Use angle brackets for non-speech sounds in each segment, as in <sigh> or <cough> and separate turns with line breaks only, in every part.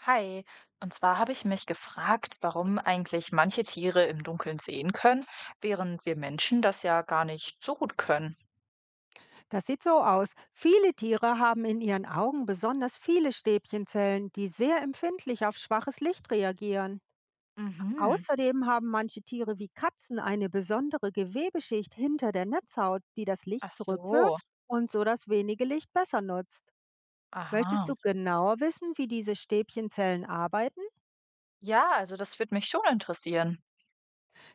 Hi, und zwar habe ich mich gefragt, warum eigentlich manche Tiere im Dunkeln sehen können, während wir Menschen das ja gar nicht so gut können.
Das sieht so aus. Viele Tiere haben in ihren Augen besonders viele Stäbchenzellen, die sehr empfindlich auf schwaches Licht reagieren.
Mhm.
Außerdem haben manche Tiere wie Katzen eine besondere Gewebeschicht hinter der Netzhaut, die das
Ach
Licht
so,
zurückwirft und so das wenige Licht besser nutzt. Möchtest
aha.
du genauer wissen, wie diese Stäbchenzellen arbeiten?
Ja, also das würde mich schon interessieren.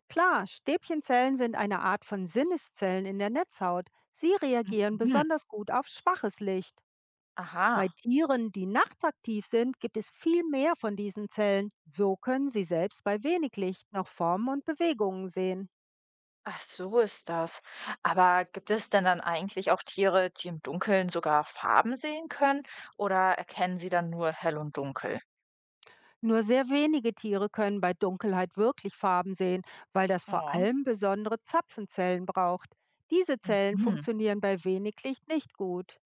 Klar, Stäbchenzellen sind eine Art von Sinneszellen in der Netzhaut. Sie reagieren
Mhm.
besonders gut auf schwaches Licht.
Aha,
Bei Tieren, die nachts aktiv sind, gibt es viel mehr von diesen Zellen. So können sie selbst bei wenig Licht noch Formen und Bewegungen sehen.
ach so ist das. Aber gibt es denn dann eigentlich auch Tiere, die im Dunkeln sogar Farben sehen können, oder erkennen sie dann nur hell und dunkel?
Nur sehr wenige Tiere können bei Dunkelheit wirklich Farben sehen, weil das vor
Oh.
allem besondere Zapfenzellen braucht. Diese Zellen
Mhm.
funktionieren bei wenig Licht nicht gut.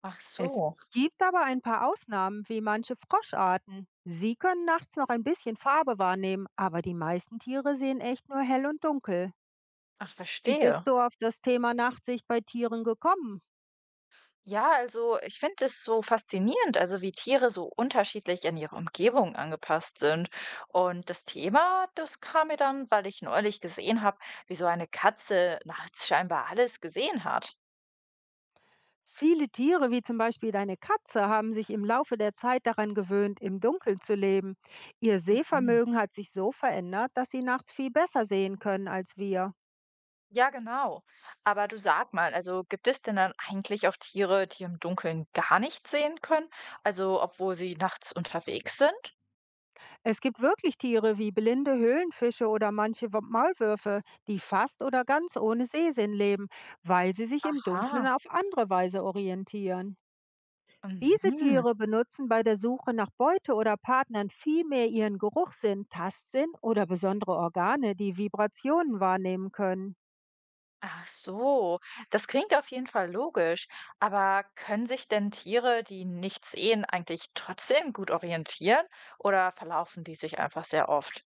Ach
Es
so,
gibt aber ein paar Ausnahmen, wie manche Froscharten. Sie können nachts noch ein bisschen Farbe wahrnehmen, aber die meisten Tiere sehen echt nur hell und dunkel.
ach
Wie bist
verstehe.
du auf das Thema Nachtsicht bei Tieren gekommen?
Ja, also ich finde es so faszinierend, also wie Tiere so unterschiedlich an ihre Umgebung angepasst sind. Und das Thema, das kam mir dann, weil ich neulich gesehen habe, wie so eine Katze nachts <laughs> scheinbar alles gesehen hat.
Viele Tiere, wie zum Beispiel deine Katze, haben sich im Laufe der Zeit daran gewöhnt, im Dunkeln zu leben. Ihr
Mhm.
Sehvermögen hat sich so verändert, dass sie nachts viel besser sehen können als wir.
Ja, genau. Aber du, sag mal, also gibt es denn dann eigentlich auch Tiere, die im Dunkeln gar nichts sehen können? Also obwohl sie nachts unterwegs sind?
Es gibt wirklich Tiere wie blinde Höhlenfische oder manche Maulwürfe, die fast oder ganz ohne Sehsinn leben, weil sie sich im
Ah,
Dunkeln auf andere Weise orientieren. Diese
mhm.
Tiere benutzen bei der Suche nach Beute oder Partnern vielmehr ihren Geruchssinn, Tastsinn oder besondere Organe, die Vibrationen wahrnehmen können.
Ach so, das klingt auf jeden Fall logisch. Aber können sich denn Tiere, die nichts sehen, eigentlich trotzdem gut orientieren, oder verlaufen die sich einfach sehr oft?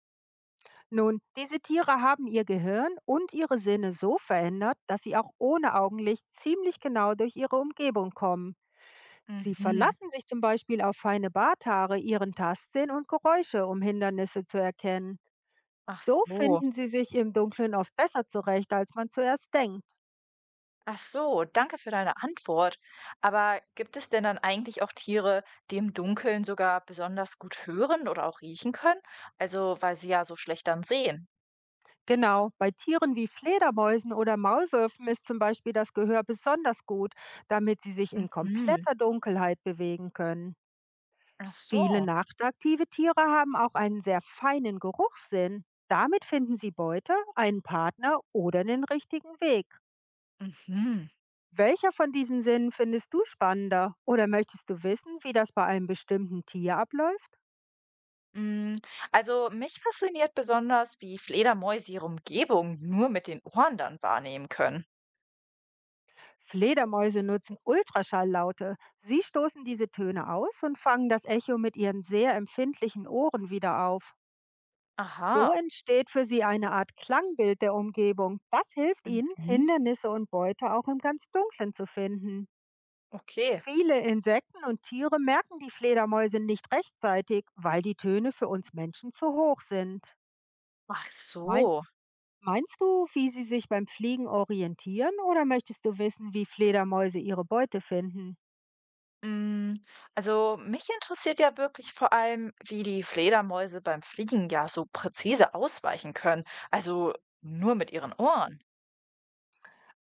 Nun, diese Tiere haben ihr Gehirn und ihre Sinne so verändert, dass sie auch ohne Augenlicht ziemlich genau durch ihre Umgebung kommen. Sie
Mhm.
verlassen sich zum Beispiel auf feine Barthaare, ihren Tastsinn und Geräusche, um Hindernisse zu erkennen.
Ach
So
so.
finden sie sich im Dunkeln oft besser zurecht, als man zuerst denkt.
Ach so, danke für deine Antwort. Aber gibt es denn dann eigentlich auch Tiere, die im Dunkeln sogar besonders gut hören oder auch riechen können? Also, weil sie ja so schlecht dann sehen.
Genau, bei Tieren wie Fledermäusen oder Maulwürfen ist zum Beispiel das Gehör besonders gut, damit sie sich in
Mhm.
kompletter Dunkelheit bewegen können.
Ach
Viele
so.
nachtaktive Tiere haben auch einen sehr feinen Geruchssinn. Damit finden sie Beute, einen Partner oder den richtigen Weg.
Mhm.
Welcher von diesen Sinnen findest du spannender? Oder möchtest du wissen, wie das bei einem bestimmten Tier abläuft?
Mm, Also mich fasziniert besonders, wie Fledermäuse ihre Umgebung nur mit den Ohren dann wahrnehmen können.
Fledermäuse nutzen Ultraschalllaute. Sie stoßen diese Töne aus und fangen das Echo mit ihren sehr empfindlichen Ohren wieder auf.
Aha,
So entsteht für sie eine Art Klangbild der Umgebung. Das hilft ihnen,
mhm.
Hindernisse und Beute auch im ganz Dunklen zu finden.
Okay.
Viele Insekten und Tiere merken die Fledermäuse nicht rechtzeitig, weil die Töne für uns Menschen zu hoch sind.
Ach
Mein,
so.
Meinst du, wie sie sich beim Fliegen orientieren, oder möchtest du wissen, wie Fledermäuse ihre Beute finden?
Mm, Also mich interessiert ja wirklich vor allem, wie die Fledermäuse beim Fliegen ja so präzise ausweichen können. Also nur mit ihren Ohren.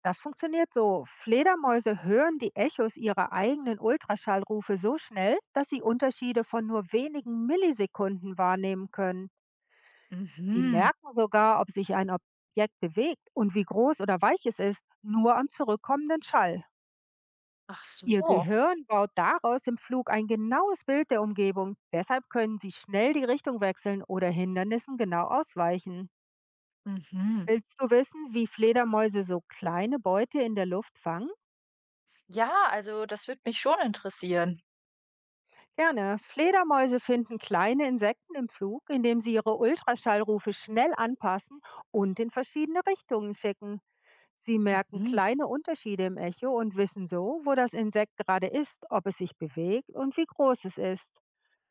Das funktioniert so. Fledermäuse hören die Echos ihrer eigenen Ultraschallrufe so schnell, dass sie Unterschiede von nur wenigen Millisekunden wahrnehmen können. Sie
Mhm.
merken sogar, ob sich ein Objekt bewegt und wie groß oder weich es ist, nur am zurückkommenden Schall.
Ach
Ihr
so.
Gehirn baut daraus im Flug ein genaues Bild der Umgebung. Deshalb können sie schnell die Richtung wechseln oder Hindernissen genau ausweichen.
Mhm.
Willst du wissen, wie Fledermäuse so kleine Beute in der Luft fangen?
Ja, also das würde mich schon interessieren.
Gerne. Fledermäuse finden kleine Insekten im Flug, indem sie ihre Ultraschallrufe schnell anpassen und in verschiedene Richtungen schicken. Sie merken
Mhm.
kleine Unterschiede im Echo und wissen so, wo das Insekt gerade ist, ob es sich bewegt und wie groß es ist.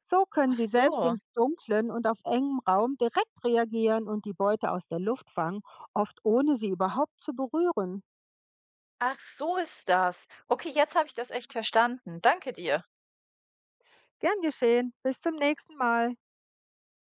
So können
Ach
sie selbst
so.
im dunklen und auf engem Raum direkt reagieren und die Beute aus der Luft fangen, oft ohne sie überhaupt zu berühren.
Ach, so ist das. Okay, jetzt habe ich das echt verstanden. Danke dir.
Gern geschehen. Bis zum nächsten Mal.